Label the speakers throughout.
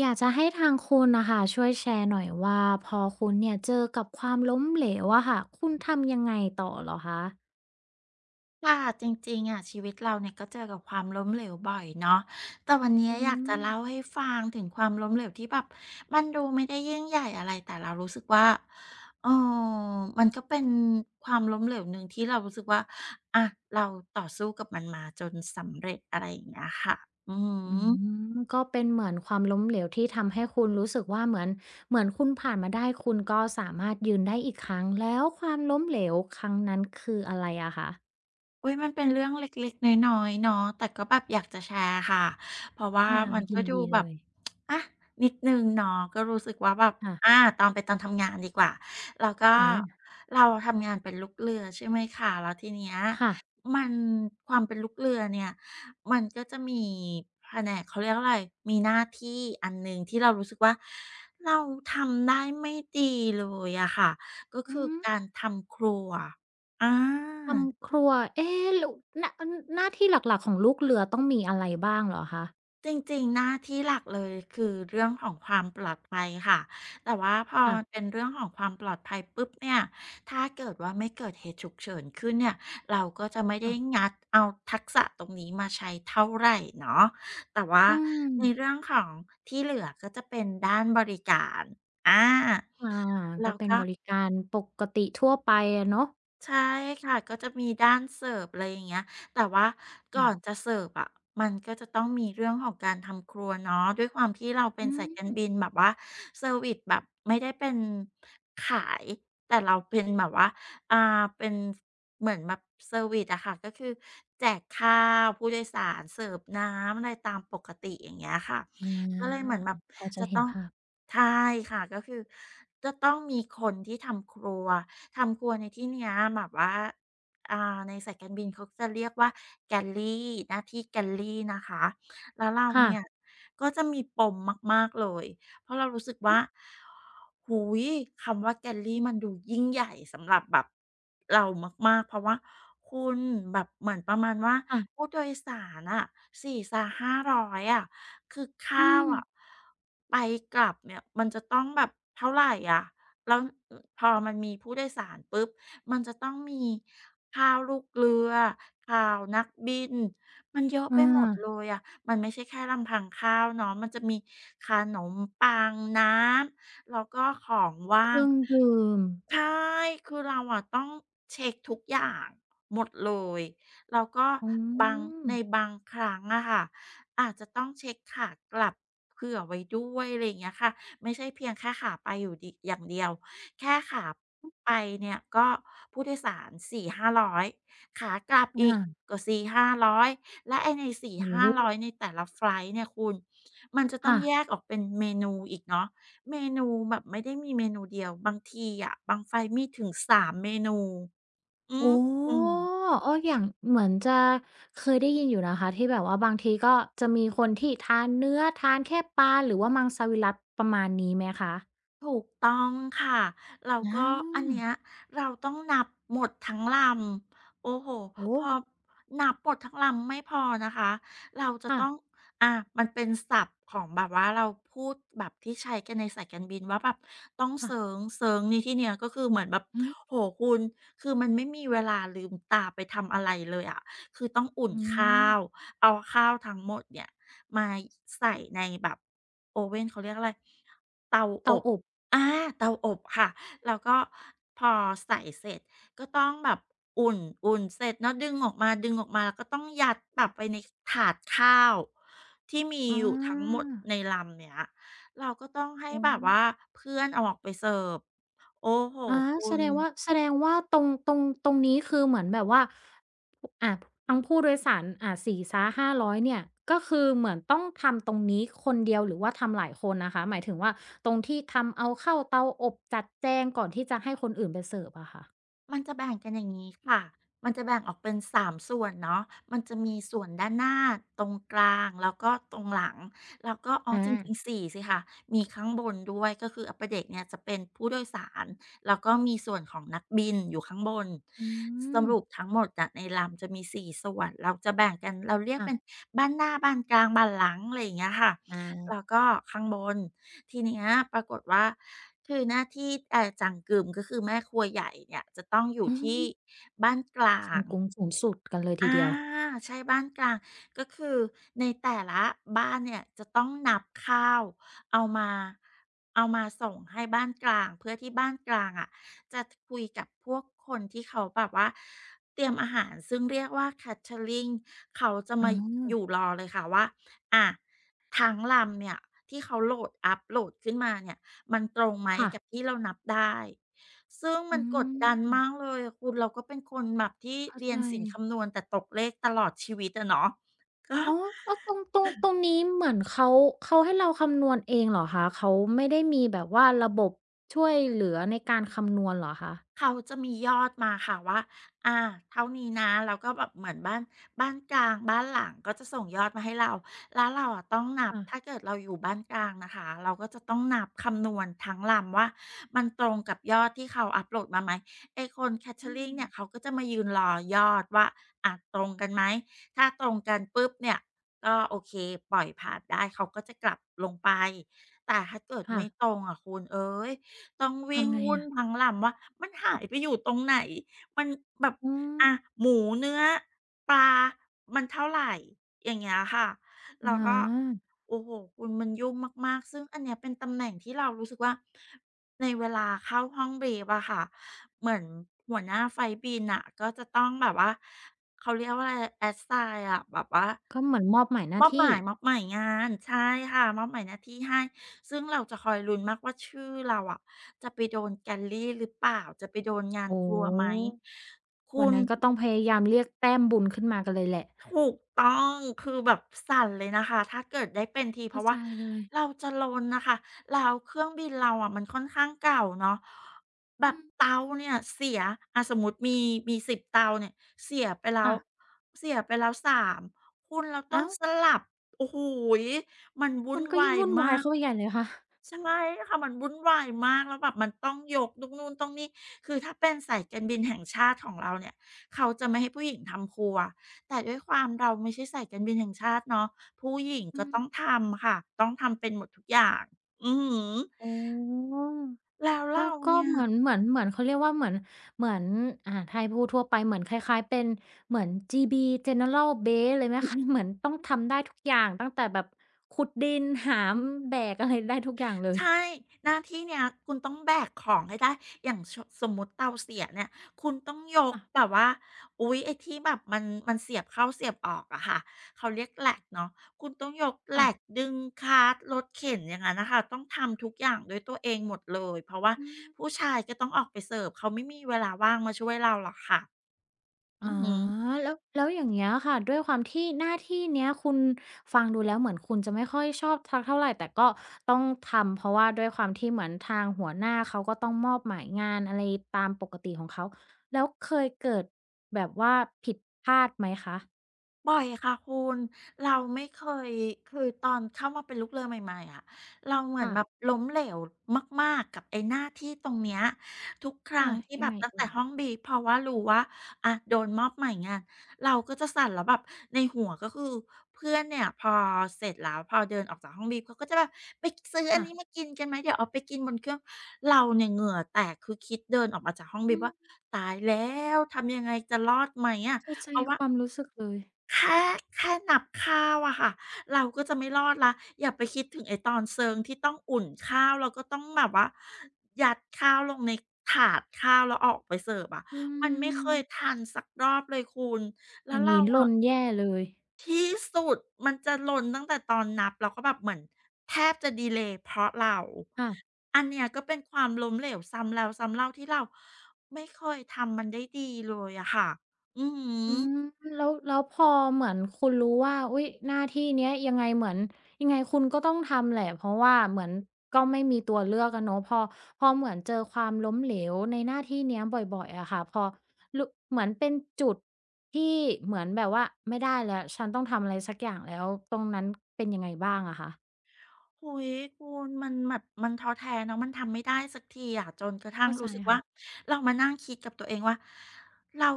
Speaker 1: อยากจะให้ทางคุณนะคะช่วยแชร์หน่อยว่าพอคุณเนี่ยเจอกับความล้มเหลวอะค่ะคุณทำยังไงต่อเหรอคะ
Speaker 2: ค่ะจริงๆอะชีวิตเราเนี่ยก็เจอกับความล้มเหลวบ่อยเนาะแต่วันนี้
Speaker 1: อื
Speaker 2: อยากจะ
Speaker 1: ม
Speaker 2: เล่าให้ฟังถึงความล้มเหลวที่แบบมันดูไม่ได้ยิ่งใหญ่อะไรแต่เรารู้สึกว่าเออมันก็เป็นความล้มเหลวหนึ่งที่เรารู้สึกว่าอะเราต่อสู้กับมันมาจนสำเร็จอะไรอย่างเงี้ยค่ะอื
Speaker 1: อื
Speaker 2: ม
Speaker 1: มก็เป็นเหมือนความล้มเหลวที่ทำให้คุณรู้สึกว่าเหมือนเหมือนคุณผ่านมาได้คุณก็สามารถยืนได้อีกครั้งแล้วความล้มเหลวครั้งนั้นคืออะไรอะคะ
Speaker 2: อุ้ยมันเป็นเรื่องเล็กๆน้อยๆเนาะแต่ก็แบบอยากจะแชร์ค่ะเพราะว่า
Speaker 1: อา
Speaker 2: มัน
Speaker 1: ยิ
Speaker 2: ก็
Speaker 1: น
Speaker 2: ดู
Speaker 1: ดี
Speaker 2: แบ
Speaker 1: เล
Speaker 2: บ
Speaker 1: ย
Speaker 2: อะนิดหนึ่งเนาะก็รู้สึกว่าแบบอะ
Speaker 1: ค่ะ
Speaker 2: ตอนไปตอนทำงานดีกว่าแล้วก็
Speaker 1: อา
Speaker 2: เราทำงานเป็นลูกเรือใช่ไหมคะแล้วทีเนี้ย
Speaker 1: ค่ะ
Speaker 2: มันความเป็นลูกเรือเนี่ยมันก็จะมีแผนกเขาเรียกอะไรมีหน้าที่อันหนึ่งที่เรารู้สึกว่าเราทำได้ไม่ดีเลยอะค่ะก็
Speaker 1: อื
Speaker 2: คือ
Speaker 1: ม
Speaker 2: การทำครัวอา
Speaker 1: ทำครัวเอ๊ลหน้าหน้าที่หลักๆของลูกเรือต้องมีอะไรบ้างเหรอคะ
Speaker 2: จริงๆหน้าที่หลักเลยคือเรื่องของความปลอดภัยค่ะแต่ว่าพอ
Speaker 1: ค่
Speaker 2: มันเป็นเรื่องของความปลอดภัยปุ๊บเนี่ยถ้าเกิดว่าไม่เกิดเหตุฉุกเฉินขึ้นเนี่ยเราก็จะไม่
Speaker 1: ะ
Speaker 2: ได้
Speaker 1: ๆ
Speaker 2: งัดเอาทักษะตรงนี้มาใช้เท่าไหรเนาะแต่ว่า
Speaker 1: อืม
Speaker 2: ในเรื่องของที่เหลือก็จะเป็นด้านบริการอา
Speaker 1: อาก็
Speaker 2: แล้
Speaker 1: เป็น
Speaker 2: ก็
Speaker 1: บริการปกติทั่วไปอะเนาะ
Speaker 2: ใช่ค่ะก็จะมีด้านเสิร์ฟอะไรอย่างเงี้ยแต่ว่าก่
Speaker 1: อื
Speaker 2: อน
Speaker 1: ม
Speaker 2: จะเสิร์ฟอะมันก็จะต้องมีเรื่องของการทำครัวเนาะด้วยความที่เราเป็น
Speaker 1: อื
Speaker 2: สายการ
Speaker 1: ม
Speaker 2: บินแบบว่าเซอร์วิซแบบไม่ได้เป็นขายแต่เราเป็นแบบว่าอ่าเป็นเหมือนแบบเซอร์วิซอะค่ะก็คือแจกข้าวผู้โดยสารเสิร์ฟน้ำอะไรตามปกติอย่างเงี้ยค่ะ
Speaker 1: อ
Speaker 2: ก็เลยเหมื
Speaker 1: า
Speaker 2: อนแบบ
Speaker 1: พอจะ
Speaker 2: จะ
Speaker 1: เห็
Speaker 2: ต้อ
Speaker 1: น
Speaker 2: ง
Speaker 1: ภาพ
Speaker 2: ใช่ค่ะก็คือจะต้องมีคนที่ทำครัว ในที่เนี้ยแบบว่าในสายการบินเขาจะเรียกว่าแกลลี่หน้าที่แกลลี่นะคะ แล้วเรา
Speaker 1: ค่ะ
Speaker 2: เนี่ยก็จะมีปมมากๆเลยเพราะเรารู้สึกว่าหูยคำว่าแกลลี่มันดูยิ่งใหญ่สำหรับแบบเรามากๆเพราะว่าคุณแบบเหมือนประมาณว่าผู้
Speaker 1: ค่ะ
Speaker 2: โดยสารอะ4ห้5 0 0อยอะคือ
Speaker 1: อื
Speaker 2: ข้าว
Speaker 1: ม
Speaker 2: อะไปกลับเนี่ยมันจะต้องแบบเท่าไหรอะ แล้วพอมันมีผู้โดยสารปุ๊บ มันจะต้องมีข่าวลูกเรือข่าวนักบินมันเยอะ
Speaker 1: อา
Speaker 2: ไปหมดเลยอะมันไม่ใช่แค่ลำพังข้าวเนาะมันจะมีขนมปังน้ำแล้วก็ของ
Speaker 1: เค
Speaker 2: ว่าง
Speaker 1: รื่องดื่ม
Speaker 2: ใช่คือเราอะต้องเช็กทุกอย่างหมดเลยแล้วก็
Speaker 1: อื
Speaker 2: บาง
Speaker 1: ม
Speaker 2: ในบางครั้งอะค่ะอาจจะต้องเช็กขากลับเผื่อไว้ด้วยอะไรอย่างเงี้ยค่ะไม่ใช่เพียงแค่ขาไปอยู่ดีอย่างเดียวแค่ขาไปเนี่ยก็ผู้โดยสารสี่ห้าร้อยขากลับอีก
Speaker 1: อา
Speaker 2: ก็สี่ห้าร้อยและไอ้ในสี่
Speaker 1: โอ้
Speaker 2: ห้า
Speaker 1: โฮ
Speaker 2: ร้อยในแต่ละไฟลต์เนี่ยคุณมันจะต้อง
Speaker 1: ค่ะ
Speaker 2: แยกออกเป็นเมนูอีกเนาะ เมนูแบบไม่ได้มีเมนูเดียวบางทีอะบั้งไฟมีถึง3เมนูอื
Speaker 1: อ๋
Speaker 2: มอืม
Speaker 1: อเอออย่างเหมือนจะเคยได้ยินอยู่นะคะที่แบบว่าบางทีก็จะมีคนที่ทานเนื้อทานแค่ปลาหรือว่ามังสวิรัติประมาณนี้ไหมคะ
Speaker 2: ถูกต้องค่ะแล้ว
Speaker 1: อา
Speaker 2: ก็อันเนี้ยเราต้องนับหมดทั้งลำโอ้โฮ
Speaker 1: โอ้
Speaker 2: พอนับหมดทั้งลำไม่พอนะคะเราจะ
Speaker 1: ค่ะ
Speaker 2: ต้องอ่ามันเป็นศัพท์ของแบบว่าเราพูดแบบที่ใช้กันในสายการบินว่าแบบต้องเซิ
Speaker 1: ค่ะ
Speaker 2: งเซิงในที่เนี้ยก็คือเหมือนแบบ
Speaker 1: อืม
Speaker 2: โอ้โฮคุณคือมันไม่มีเวลาลืมตาไปทำอะไรเลยอะคือต้องอุ่น
Speaker 1: อื
Speaker 2: ข้าว
Speaker 1: ม
Speaker 2: เอาข้าวทั้งหมดเนี่ยมาใส่ในแบบโอเว่นเขาเรียกอะไรเตาอ
Speaker 1: เตา
Speaker 2: บ
Speaker 1: อบ
Speaker 2: อาเตาอบค่ะแล้วก็พอใส่เสร็จก็ต้องแบบอุ่นอุ่นเสร็จเนาะดึงออกมาแล้วก็ต้องยัดแบบไปในถาดข้าวที่มี
Speaker 1: อา
Speaker 2: อยู่ทั้งหมดในลำเนี้ยเราก็ต้องให้
Speaker 1: อื
Speaker 2: แบบว่า
Speaker 1: ม
Speaker 2: เพื่อนเอาออกไปเสิร์ฟโอ้โห
Speaker 1: อา
Speaker 2: คุ
Speaker 1: แส
Speaker 2: ณ
Speaker 1: ดงว่าแสดงว่าตรงตรงตรงนี้คือเหมือนแบบว่าอ่าทั้งผู้โดยสารอ่าสี่ซ้0 0้าร้อยเนี่ยก็คือเหมือนต้องทำตรงนี้คนเดียวหรือว่าทำหลายคนนะคะหมายถึงว่าตรงที่ทำเอาเข้าเตาอบจัดแจงก่อนที่จะให้คนอื่นไปเสิร์ฟอะค่ะ
Speaker 2: มันจะแบ่งกันอย่างงี้ค่ะ มันจะแบ่งออกเป็นสามส่วนเนาะมันจะมีส่วนด้านหน้า ตรงกลางแล้วก็ตรงหลังแล้วก็อ๋อจ
Speaker 1: อา
Speaker 2: ริงๆ4สิคะมีข้างบนด้วย ก็คือ upper deck เนี่ยจะเป็นผู้โดยสารแล้วก็มีส่วนของนักบินอยู่ข้างบน
Speaker 1: อื
Speaker 2: ส
Speaker 1: ม
Speaker 2: รุปทั้งหมดอะในลำจะมีสี่ส่วน เราจะแบ่งกัน เราเรียก
Speaker 1: ค่ะ
Speaker 2: เป็นบ้านหน้า บ้านกลาง บ้านหลังอะไรอย่างเงี้ยค่ะ
Speaker 1: อา
Speaker 2: แล้วก็ข้างบนทีเนี้ยปรากฏว่าคือหน้าที่จังกึมก็คือแม่ครัวใหญ่เนี่ยจะต้องอยู่
Speaker 1: อื
Speaker 2: ที่
Speaker 1: ม
Speaker 2: บ้านกลา
Speaker 1: ซัง
Speaker 2: ง
Speaker 1: ก๊งสูงสุดกันเลยที
Speaker 2: อา
Speaker 1: เดียว
Speaker 2: ใช่บ้านกลางก็คือในแต่ละบ้านเนี่ยจะต้องนับข้าวเอามาเอามาส่งให้บ้านกลางเพื่อที่บ้านกลางอะจะคุยกับพวกคนที่เขาแบบว่าเตรียมอาหารซึ่งเรียกว่า Catering เขาจะมา
Speaker 1: อา
Speaker 2: อยู่รอเลยค่ะว่าอ่าทั้งลำเนี่ยที่เขาโหลดอัปโหลดขึ้นมาเนี่ยมันตรงไหม
Speaker 1: ค่ะ
Speaker 2: กับที่เรานับได้ ซึ่งมั
Speaker 1: อื
Speaker 2: นกดดัน
Speaker 1: ม
Speaker 2: มากเลยอะคุณเราก็เป็นคนแบบที่
Speaker 1: เข้า
Speaker 2: เรีย
Speaker 1: ใจ
Speaker 2: นศิลป์คำนวณแต่ตกเลขตลอดชีวิตอะเนาะก็
Speaker 1: อ๋อแล้วตรงตรงตรงนี้เหมือนเขาเขาให้เราคำนวณเองเหรอคะเขาไม่ได้มีแบบว่าระบบช่วยเหลือในการคำนวณเหรอคะ
Speaker 2: เขาจะมียอดมาค่ะว่าอ่าเท่านี้นะแล้วก็แบบเหมือนบ้านกลางบ้านหลังก็จะส่งยอดมาให้เราแล้วเราอะต้องนับ
Speaker 1: ค่ะ
Speaker 2: ถ้าเกิดเราอยู่บ้านกลางนะคะเราก็จะต้องนับคำนวณทั้งลำว่ามันตรงกับยอดที่เขาอัปโหลดมาไหมไอ้คน
Speaker 1: อื
Speaker 2: Catering
Speaker 1: ม
Speaker 2: เนี่ยเขาก็จะมายืนรอยอดว่าอาตรงกันไหมถ้าตรงกันปุ๊บเนี่ยก็โอเคปล่อยผ่านได้เขาก็จะกลับลงไปแต่ถ้าเกิด
Speaker 1: ค่ะ
Speaker 2: ไม่ตรงอะคุณเอ๋ย ต้องวิ่ง
Speaker 1: ทำไง
Speaker 2: วุ่น
Speaker 1: อะ
Speaker 2: พลังหล่ำว่ามันหายไปอยู่ตรงไหนมันแบบ
Speaker 1: อืม
Speaker 2: อ่ะหมูเนื้อปลามันเท่าไรอย่างเงี้ยค่ะ
Speaker 1: อะ
Speaker 2: แล้
Speaker 1: ฮ
Speaker 2: วก็
Speaker 1: ะ
Speaker 2: โอ้โฮคุณมันยุ่งมากๆซึ่งอันเนี้ยเป็นตำแหน่งที่เรารู้สึกว่าในเวลาเข้าห้อง brief อะค่ะเหมือนหัวหน้าไฟลต์บินน่ะก็จะต้องแบบว่าเขาเรียกว่าอะไร assign อะแบบว่า
Speaker 1: ก็เหมือนมอบหมายห
Speaker 2: ม
Speaker 1: น้า
Speaker 2: อบห
Speaker 1: ที่
Speaker 2: มายมอบหมายงานใช่ค่ะมอบหมายหน้าที่ให้ซึ่งเราจะคอยลุ้นมากว่าชื่อเราอะ จะไปโดนแกลลี่หรือเปล่าจะไปโดนงาน
Speaker 1: โอ้
Speaker 2: ครัว
Speaker 1: โฮ
Speaker 2: ไหมคุ
Speaker 1: วัน
Speaker 2: ณ
Speaker 1: นั้นก็ต้องพยายามเรียกแต้มบุญขึ้นมากันเลยแหละ
Speaker 2: ถูกต้องคือแบบสั่นเลยนะคะถ้าเกิดได้เป็นทีเพ
Speaker 1: เข้า
Speaker 2: ราะ
Speaker 1: ใจ
Speaker 2: ว่า
Speaker 1: เลย
Speaker 2: เราจะลนน่ะค่ะแล้วเครื่องบินเราอะมันค่อนข้างเก่าเนาะแบ
Speaker 1: อื
Speaker 2: บ
Speaker 1: ม
Speaker 2: เตาเนี่ยเสียอาสมมุติมีสิบเตาเนี่ยเสียไปแล้ว
Speaker 1: ค่ะ
Speaker 2: เสียไปแล้ว3คุณเราต้อง
Speaker 1: อ้าว
Speaker 2: สลับโอ้โฮมันวุ่
Speaker 1: มั
Speaker 2: น
Speaker 1: นก็
Speaker 2: วา
Speaker 1: ยิ่ง
Speaker 2: ย
Speaker 1: วุ่นวา
Speaker 2: มา
Speaker 1: ย
Speaker 2: ก
Speaker 1: เข้าไปใหญ่เลยค่ะ
Speaker 2: ใช่ค่ะมันวุ่นวายมากแล้วแบบมันต้องยกต้องนู่นต้องนี่คือถ้าเป็นสายการบินแห่งชาติของเราเนี่ยเขาจะไม่ให้ผู้หญิงทำครัว แต่ด้วยความเราไม่ใช่สายการบินแห่งชาติเนาะผู้หญิง
Speaker 1: อื
Speaker 2: ก็
Speaker 1: ม
Speaker 2: ต้องทำค่ะต้องทำเป็นหมดทุกอย่างอือฮึ
Speaker 1: อ๋อ
Speaker 2: แล้ว
Speaker 1: ก็
Speaker 2: เรา
Speaker 1: ก็
Speaker 2: เนี่ย
Speaker 1: เหมือนเหมือนเหมือนเขาเรียกว่าเหมือนเหมือนอ่าถ้าให้พูดทั่วไป เหมือนคล้ายๆเป็นเหมือน GB General Base เลยไหมคะ เหมือนต้องทำได้ทุกอย่างตั้งแต่แบบขุดดินหามแบกอะไรได้ทุกอย่างเลย
Speaker 2: ใช่หน้าที่เนี้ยคุณต้องแบกของให้ได้อย่างชสมมุติเตาเสียเนี่ยคุณต้องยก
Speaker 1: ค่ะ
Speaker 2: แบบว่าอุ๊ยไอ้ที่แบบมันเสียบเข้าเสียบออกอะค่ะเขาเรียกแหลกเนาะคุณต้องยกแหล
Speaker 1: ค่ะ
Speaker 2: กดึงคาร์ตรถเข็นอย่างงั้นน่ะค่ะต้องทำทุกอย่างด้วยตัวเองหมดเลยเพราะว่า
Speaker 1: อืม
Speaker 2: ผู้ชายก็ต้องออกไปเสิร์ฟเขาไม่มีเวลาว่างมาช่วยเราหรอกค่ะ
Speaker 1: อ๋
Speaker 2: อื
Speaker 1: อ
Speaker 2: อฮ
Speaker 1: แล้วแล้วอย่างเงี้ยค่ะด้วยความที่หน้าที่เนี้ยคุณฟังดูแล้วเหมือนคุณจะไม่ค่อยชอบสักเท่าไรแต่ก็ต้องทำเพราะว่าด้วยความที่เหมือนทางหัวหน้าเขาก็ต้องมอบหมายงานอะไรตามปกติของเขาแล้วเคยเกิดแบบว่าผิดพลาดไหมคะ
Speaker 2: บ่อยค่ะคุณเราไม่เคยคือตอนเข้ามาเป็นลูกเรือใหม่ๆอะเราเหมือน
Speaker 1: ค่ะ
Speaker 2: แบบล้มเหลวมากๆกับไอ้หน้าที่ตรงเนี้ยทุกครั้
Speaker 1: ค่ะ
Speaker 2: งที่
Speaker 1: ยั
Speaker 2: แบ
Speaker 1: ง
Speaker 2: บ
Speaker 1: ไง
Speaker 2: ตั้ง
Speaker 1: เอ่
Speaker 2: แต่
Speaker 1: ย
Speaker 2: ห้องบีฟเพราะว่ารู้ว่าอะโดนมอบหมายงานเราก็จะสั่นแล้วแบบในหัวก็คือเพื่อนเนี่ยพอเสร็จแล้วพอเดินออกจากห้องบีฟเขาก็จะแบบไปซื้ออัน
Speaker 1: ค่ะ
Speaker 2: นี้มากินกันไหมเดี๋ยวเอาไปกินบนเครื่องเราเนี่ยเหงื่อแตกคือคิดเดินออกมาจากห้องบี
Speaker 1: อื
Speaker 2: ฟ
Speaker 1: ม
Speaker 2: ว่าตายแล้วทำยังไงจะรอดไหมอะ
Speaker 1: เข้าใจ
Speaker 2: เพราะว่า
Speaker 1: ความรู้สึกเลย
Speaker 2: แค่แค่นับข้าวอะค่ะเราก็จะไม่รอดแล้วอย่าไปคิดถึงไอ้ตอนเซิงที่ต้องอุ่นข้าวแล้วก็ต้องแบบว่ายัดข้าวลงในถาดข้าวแล้วออกไปเสิร์ฟอะ
Speaker 1: อื
Speaker 2: มันไม่เค
Speaker 1: ม
Speaker 2: ยทันสักรอบเลยคุณแล้
Speaker 1: อ
Speaker 2: ว
Speaker 1: ย่าง
Speaker 2: เรา
Speaker 1: งี้ล
Speaker 2: อะ
Speaker 1: นแย่เลย
Speaker 2: ที่สุดมันจะหล่นตั้งแต่ตอนนับแล้วก็แบบเหมือนแทบจะดิเลย์เพราะเรา
Speaker 1: ค่ะ
Speaker 2: อันเนี้ยก็เป็นความล้มเหลวซ้ำแล้วซ้ำเล่าที่เราไม่เคยทำมันได้ดีเลยอะค่ะอือฮึ
Speaker 1: อืมแล้วแล้วพอเหมือนคุณรู้ว่าอุ๊ยหน้าที่เนี้ยยังไงเหมือนยังไงคุณก็ต้องทำแหละเพราะว่าเหมือนก็ไม่มีตัวเลือกอะเนาะพอพอเหมือนเจอความล้มเหลวในหน้าที่เนี้ยบ่อยๆอะค่ะพอรุเหมือนเป็นจุดที่เหมือนแบบว่าไม่ได้แล้วฉันต้องทำอะไรสักอย่างแล้วตรงนั้นเป็นยังไงบ้างอะคะ
Speaker 2: โอุยคุณมันแบบมันท้อแท้เนาะมันทำไม่ได้สักทีอะจนกระทั่ง
Speaker 1: เข้าใจ
Speaker 2: รู้สึกว่า
Speaker 1: ค่ะ
Speaker 2: เรามานั่งคิดกับตัวเองว่าเรา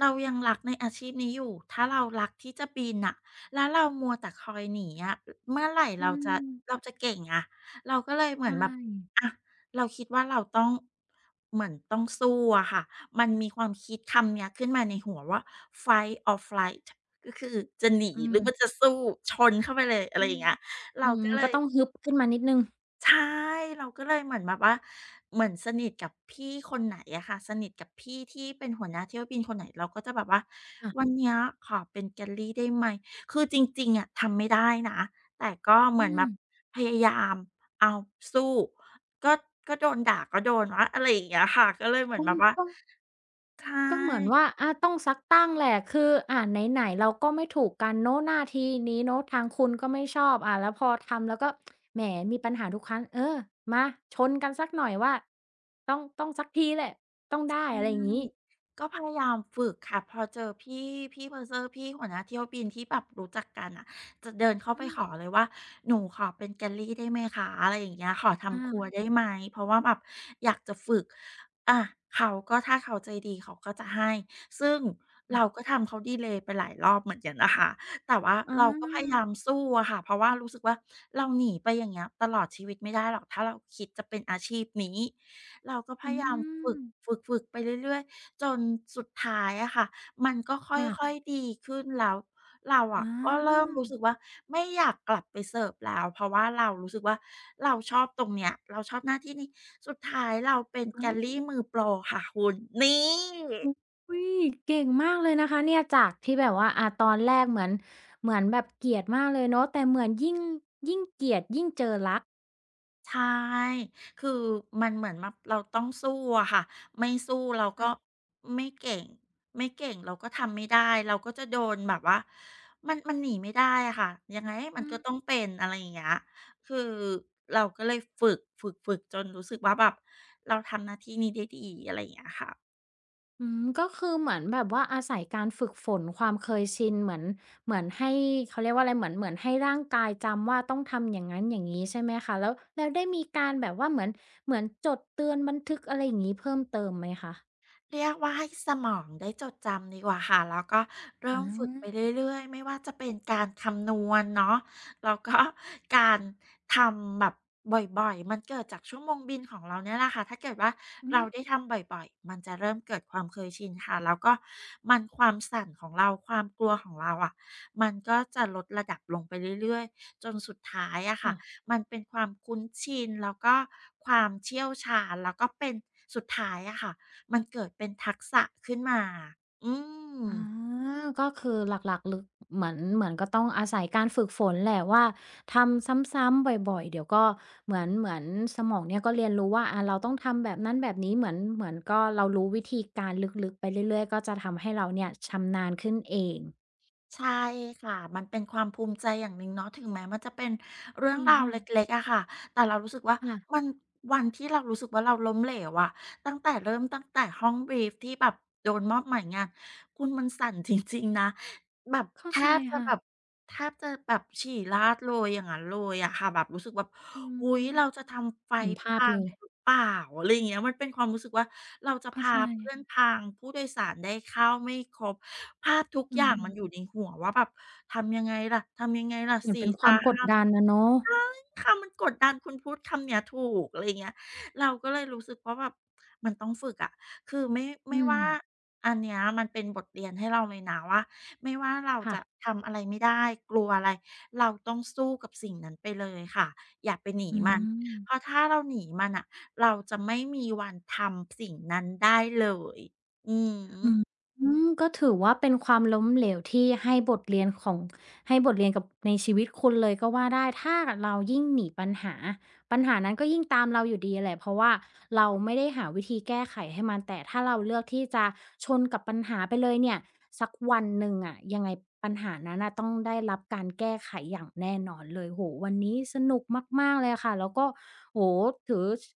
Speaker 2: เรายังรักในอาชีพนี้อยู่ถ้าเรารักที่จะบินอ่ะแล้วเรามัวแต่คอยหนีอะเมื่อไหร่
Speaker 1: อื
Speaker 2: เราจะเรา
Speaker 1: ม
Speaker 2: จะเก่งอะเราก็เลยเห
Speaker 1: ใช
Speaker 2: มือนแบบ
Speaker 1: ่
Speaker 2: อะเราคิดว่าเราต้องเหมือนต้องสู้อะค่ะมันมีความคิดคำเนี้ยขึ้นมาในหัวว่า fight or flight ก็คือจะหนี
Speaker 1: อื
Speaker 2: หรื
Speaker 1: ม
Speaker 2: อมันจะสู้ชนเข้าไปเลยอะไร
Speaker 1: อื
Speaker 2: อ
Speaker 1: ม
Speaker 2: ย่างเงี้ย
Speaker 1: อื
Speaker 2: เรา
Speaker 1: ม
Speaker 2: ก็เล
Speaker 1: ก็
Speaker 2: ย
Speaker 1: ต้องฮึบขึ้นมานิดหนึ่ง
Speaker 2: ใช่เราก็เลยเหมือนแบบว่าเหมือนสนิทกับพี่คนไหนอะค่ะสนิทกับพี่ที่เป็นหัวหน้าเที่ยวบินคนไหนเราก็จะแบบว่าวัน
Speaker 1: ค่ะ
Speaker 2: เนี้ยขอเป็นแ a ล l ี y ได้ไหมคือจริงๆอะทำไม่ได้นะแต่ก็เห
Speaker 1: อื
Speaker 2: มือนแบ
Speaker 1: ม
Speaker 2: บพยายามอ้าวสู้ก็ก็โดนด่าก็โดนวะอะไรอย่างเงี้ยค่ะก็เลยเหมือ
Speaker 1: ก็
Speaker 2: นแบบว่า
Speaker 1: ก็
Speaker 2: ใช
Speaker 1: ก็เหมือนว่า
Speaker 2: ่
Speaker 1: อาต้องซักตั้งแหละ คืออ่าไหนๆเราก็ไม่ถูกกันเนาะหน้าที่นี้เนาะทางคุณก็ไม่ชอบอ่าแล้วพอทำแล้วก็ แหมมีปัญหาทุกครั้งเออมา ชนกันสักหน่อยว่า ต้อง ต้องสักทีแหละ ต้องได้อะไรอย่างงี้
Speaker 2: ก็พยายามฝึกค่ะพอเจอพี่เพอร์เซอร์พี่หัวหน้าเที่ยวบินที่แบบรู้จักกันอ่ะจะเดินเข้าไป
Speaker 1: อืม
Speaker 2: ขอเลยว่าหนูขอเป็นแกลลี่ได้ไหมคะอะไรอย่างเงี้ยขอ
Speaker 1: อา
Speaker 2: ทำครัวมได้ไหมเพราะว่าแบบอยากจะฝึกอะเขาก็ถ้าเขาใจดีเขาก็จะให้ซึ่ง
Speaker 1: อือ
Speaker 2: เราก็ทำเขาดิเลย์ไปหลายรอบเหมือนกันนะคะแต่ว่า
Speaker 1: อา
Speaker 2: เราก็พยายามสู้อะค่ะเพราะว่ารู้สึกว่าเราหนีไปอย่างเงี้ยตลอดชีวิตไม่ได้หรอกถ้าเราคิดจะเป็นอาชีพนี้ เราก็พ
Speaker 1: อื
Speaker 2: ยายามฝึ
Speaker 1: ม
Speaker 2: กฝึกไปเรื่อยๆจนสุดท้ายอะค่ะมันก็ค
Speaker 1: ค่ะ
Speaker 2: ่อยๆดีขึ้นแล้วเรา
Speaker 1: อ
Speaker 2: อะก็เริ่ม
Speaker 1: า
Speaker 2: รู้สึกว่าไม่อยากกลับไปเสิร์ฟแล้วเพราะว่าเรารู้สึกว่าเราชอบตรงเนี้ยเราชอบหน้าที่นี้สุดท้ายเราเป็น
Speaker 1: อ้าว
Speaker 2: Galley มือโปรค่ะคุณนี่
Speaker 1: อุ๊ยเก่งมากเลยนะคะเนี่ย จากที่แบบว่าอ่าตอนแรกเหมือน เหมือนแบบเกลียดมากเลยเนาะแต่เหมือนยิ่งยิ่งเกลียดยิ่งเจอรัก
Speaker 2: ใช่คือมันเหมือนแบบเราต้องสู้อะค่ะไม่สู้เราก็
Speaker 1: ค่ะ
Speaker 2: ไม่เก่ง ไม่เก่งเราก็ทำไม่ได้เราก็จะโดนแบบว่ามันหนีไม่ได้อะค่ะยังไงมัน
Speaker 1: อืม
Speaker 2: ก็ต้องเป็นอะไรอย่างเงี้ยคือเราก็เลยฝึกจนรู้สึกว่าแบบเราทำหน้าที่นี้ได้ดีอะไรอย่างเงี้ยค่ะ
Speaker 1: อืมก็คือเหมือนแบบว่าอาศัยการฝึกฝนความเคยชินเหมือนเหมือนให้เขาเรียกว่าอะไรเหมือนเหมือนให้ร่างกายจำว่าต้องทำอย่างงั้นอย่างงี้ใช่ไหมคะแล้วแล้วได้มีการแบบว่าเหมือนเหมือนจดเตือนบันทึกอะไรอย่างงี้เพิ่มเติมไหมคะ
Speaker 2: เรียกว่าให้สมองได้จดจำดีกว่าค่ะแล้วก็
Speaker 1: อ
Speaker 2: เริ่มฝึกไป
Speaker 1: า
Speaker 2: เรื่อยๆไม่ว่าจะเป็นการคำนวณเนาะแล้วก็การทำแบบบ่อยๆมันเกิดจากชั่วโมงบินของเราเนี่ยแหละค่ะถ้าเกิดว่า
Speaker 1: อื
Speaker 2: เรา
Speaker 1: ม
Speaker 2: ได้ทำบ่อยๆมันจะเริ่มเกิดความเคยชินค่ะแล้วก็มันความสั่นของเราความกลัวของเราอะมันก็จะลดระดับลงไปเรื่อยๆจนสุดท้ายอะค่ะ
Speaker 1: ค่ะ
Speaker 2: มันเป็นความคุ้นชินแล้วก็ความเชี่ยวชาญแล้วก็เป็นสุดท้ายอะค่ะ มันเกิดเป็นทักษะขึ้นมาอืม
Speaker 1: อาก็คือหลักๆลึกเหมือนเหมือนก็ต้องอาศัยการฝึกฝนแหละว่าทำซ้ำๆ บ่อยๆ เดี๋ยวก็เหมือนเหมือนสมองเนี่ยก็เรียนรู้ว่าอาเราต้องทำแบบนั้นแบบนี้เหมือนเหมือนก็เรารู้วิธีการลึกๆไปเรื่อยๆ ก็จะทำให้เราเนี่ยชำนาญขึ้นเอง
Speaker 2: ใช่ค่ะมันเป็นความภูมิใจอย่างหนึ่งเนาะถึงแม้มันจะเป็นเรื่อง
Speaker 1: ดี
Speaker 2: ราว
Speaker 1: มาก
Speaker 2: เล็กๆอะค่ะแต่เรารู้สึกว่ามั
Speaker 1: ค่ะ
Speaker 2: นวันที่เรารู้สึกว่าเราล้มเหลวอะตั้งแต่เริ่มตั้งแต่ห้อง brief ที่แบบโดนมอบหมายงานคุณมันสั่นจริงๆนะ แบบ
Speaker 1: เข้า
Speaker 2: แท
Speaker 1: ใจ
Speaker 2: บจะ
Speaker 1: ค่ะ
Speaker 2: แบบแทบจะแบบฉี่ราดเลยอย่างงั้นเลยอะค่ะแบบรู้สึกว่า
Speaker 1: อื
Speaker 2: อุ๊
Speaker 1: ม
Speaker 2: ย เราจะทำไฟ
Speaker 1: เห็น
Speaker 2: ล์
Speaker 1: ภาพ
Speaker 2: พั
Speaker 1: เล
Speaker 2: ง
Speaker 1: ย
Speaker 2: หรือเปล่าอะไรอย่างเงี้ยมันเป็นความรู้สึกว่าเราจะ
Speaker 1: เข้า
Speaker 2: พา
Speaker 1: ใจ
Speaker 2: เพื่อนพังผู้โดยสารได้เข้าไม่ครบภาพทุก
Speaker 1: อื
Speaker 2: อย่างมันอยู่
Speaker 1: ม
Speaker 2: ในหัวว่าแบบทำยังไงล่ะทำยังไงล่ะ
Speaker 1: เหมือน
Speaker 2: สี่
Speaker 1: เป็นค
Speaker 2: ซา
Speaker 1: วามกด
Speaker 2: ห้า
Speaker 1: ดันอะเนาะ
Speaker 2: คำมันกดดันคุณพูดคำเนี้ยถูกอะไรอย่างเงี้ยเราก็เลยรู้สึกว่าแบบมันต้องฝึกอะคือไม่
Speaker 1: อื
Speaker 2: ไม่
Speaker 1: ม
Speaker 2: ว่าอันเนี้ยมันเป็นบทเรียนให้เราเลยนะว่าไม่ว่าเรา
Speaker 1: ค่ะ
Speaker 2: จะทำอะไรไม่ได้กลัวอะไรเราต้องสู้กับสิ่งนั้นไปเลยค่ะอย่าไปหนี
Speaker 1: อื
Speaker 2: มันเพราะ
Speaker 1: ม
Speaker 2: ถ้าเราหนีมันน่ะเราจะไม่มีวันทำสิ่งนั้นได้เลยอือฮึ
Speaker 1: อืมอืมก็ถือว่าเป็นความล้มเหลวที่ให้บทเรียนของให้บทเรียนกับในชีวิตคุณเลยก็ว่าได้ถ้าเรายิ่งหนีปัญหา ปัญหานั้นก็ยิ่งตามเราอยู่ดีแหละเพราะว่าเราไม่ได้หาวิธีแก้ไขให้มันแต่ถ้าเราเลือกที่จะชนกับปัญหาไปเลยเนี่ยสักวันหนึ่งอะยังไงปัญหานั้นน่ะต้องได้รับการแก้ไขอย่างแน่นอนเลยโอ้โฮวันนี้สนุกมากๆเลยค่ะแล้วก็โอ้โฮถือช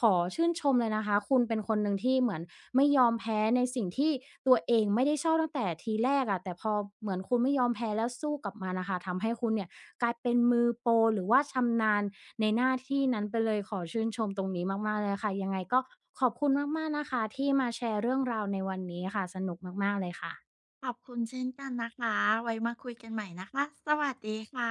Speaker 1: ขอชื่นชมเลยนะคะคุณเป็นคนหนึ่งที่เหมือนไม่ยอมแพ้ในสิ่งที่ตัวเองไม่ได้ชอบตั้งแต่ทีแรกอะแต่พอเหมือนคุณไม่ยอมแพ้แล้วสู้กับมันน่ะค่ะทำให้คุณเนี่ยกลายเป็นมือโปรหรือว่าชำนาญ ในหน้าที่นั้นไปเลยขอชื่นชมตรงนี้มากๆเลยค่ะยังไงก็ขอบคุณมากๆนะคะที่มาแชร์เรื่องราวในวันนี้ค่ะสนุกมากๆเลยค่ะ
Speaker 2: ขอบคุณเช่นกันนะคะไว้มาคุยกันใหม่นะคะสวัสดีค่ะ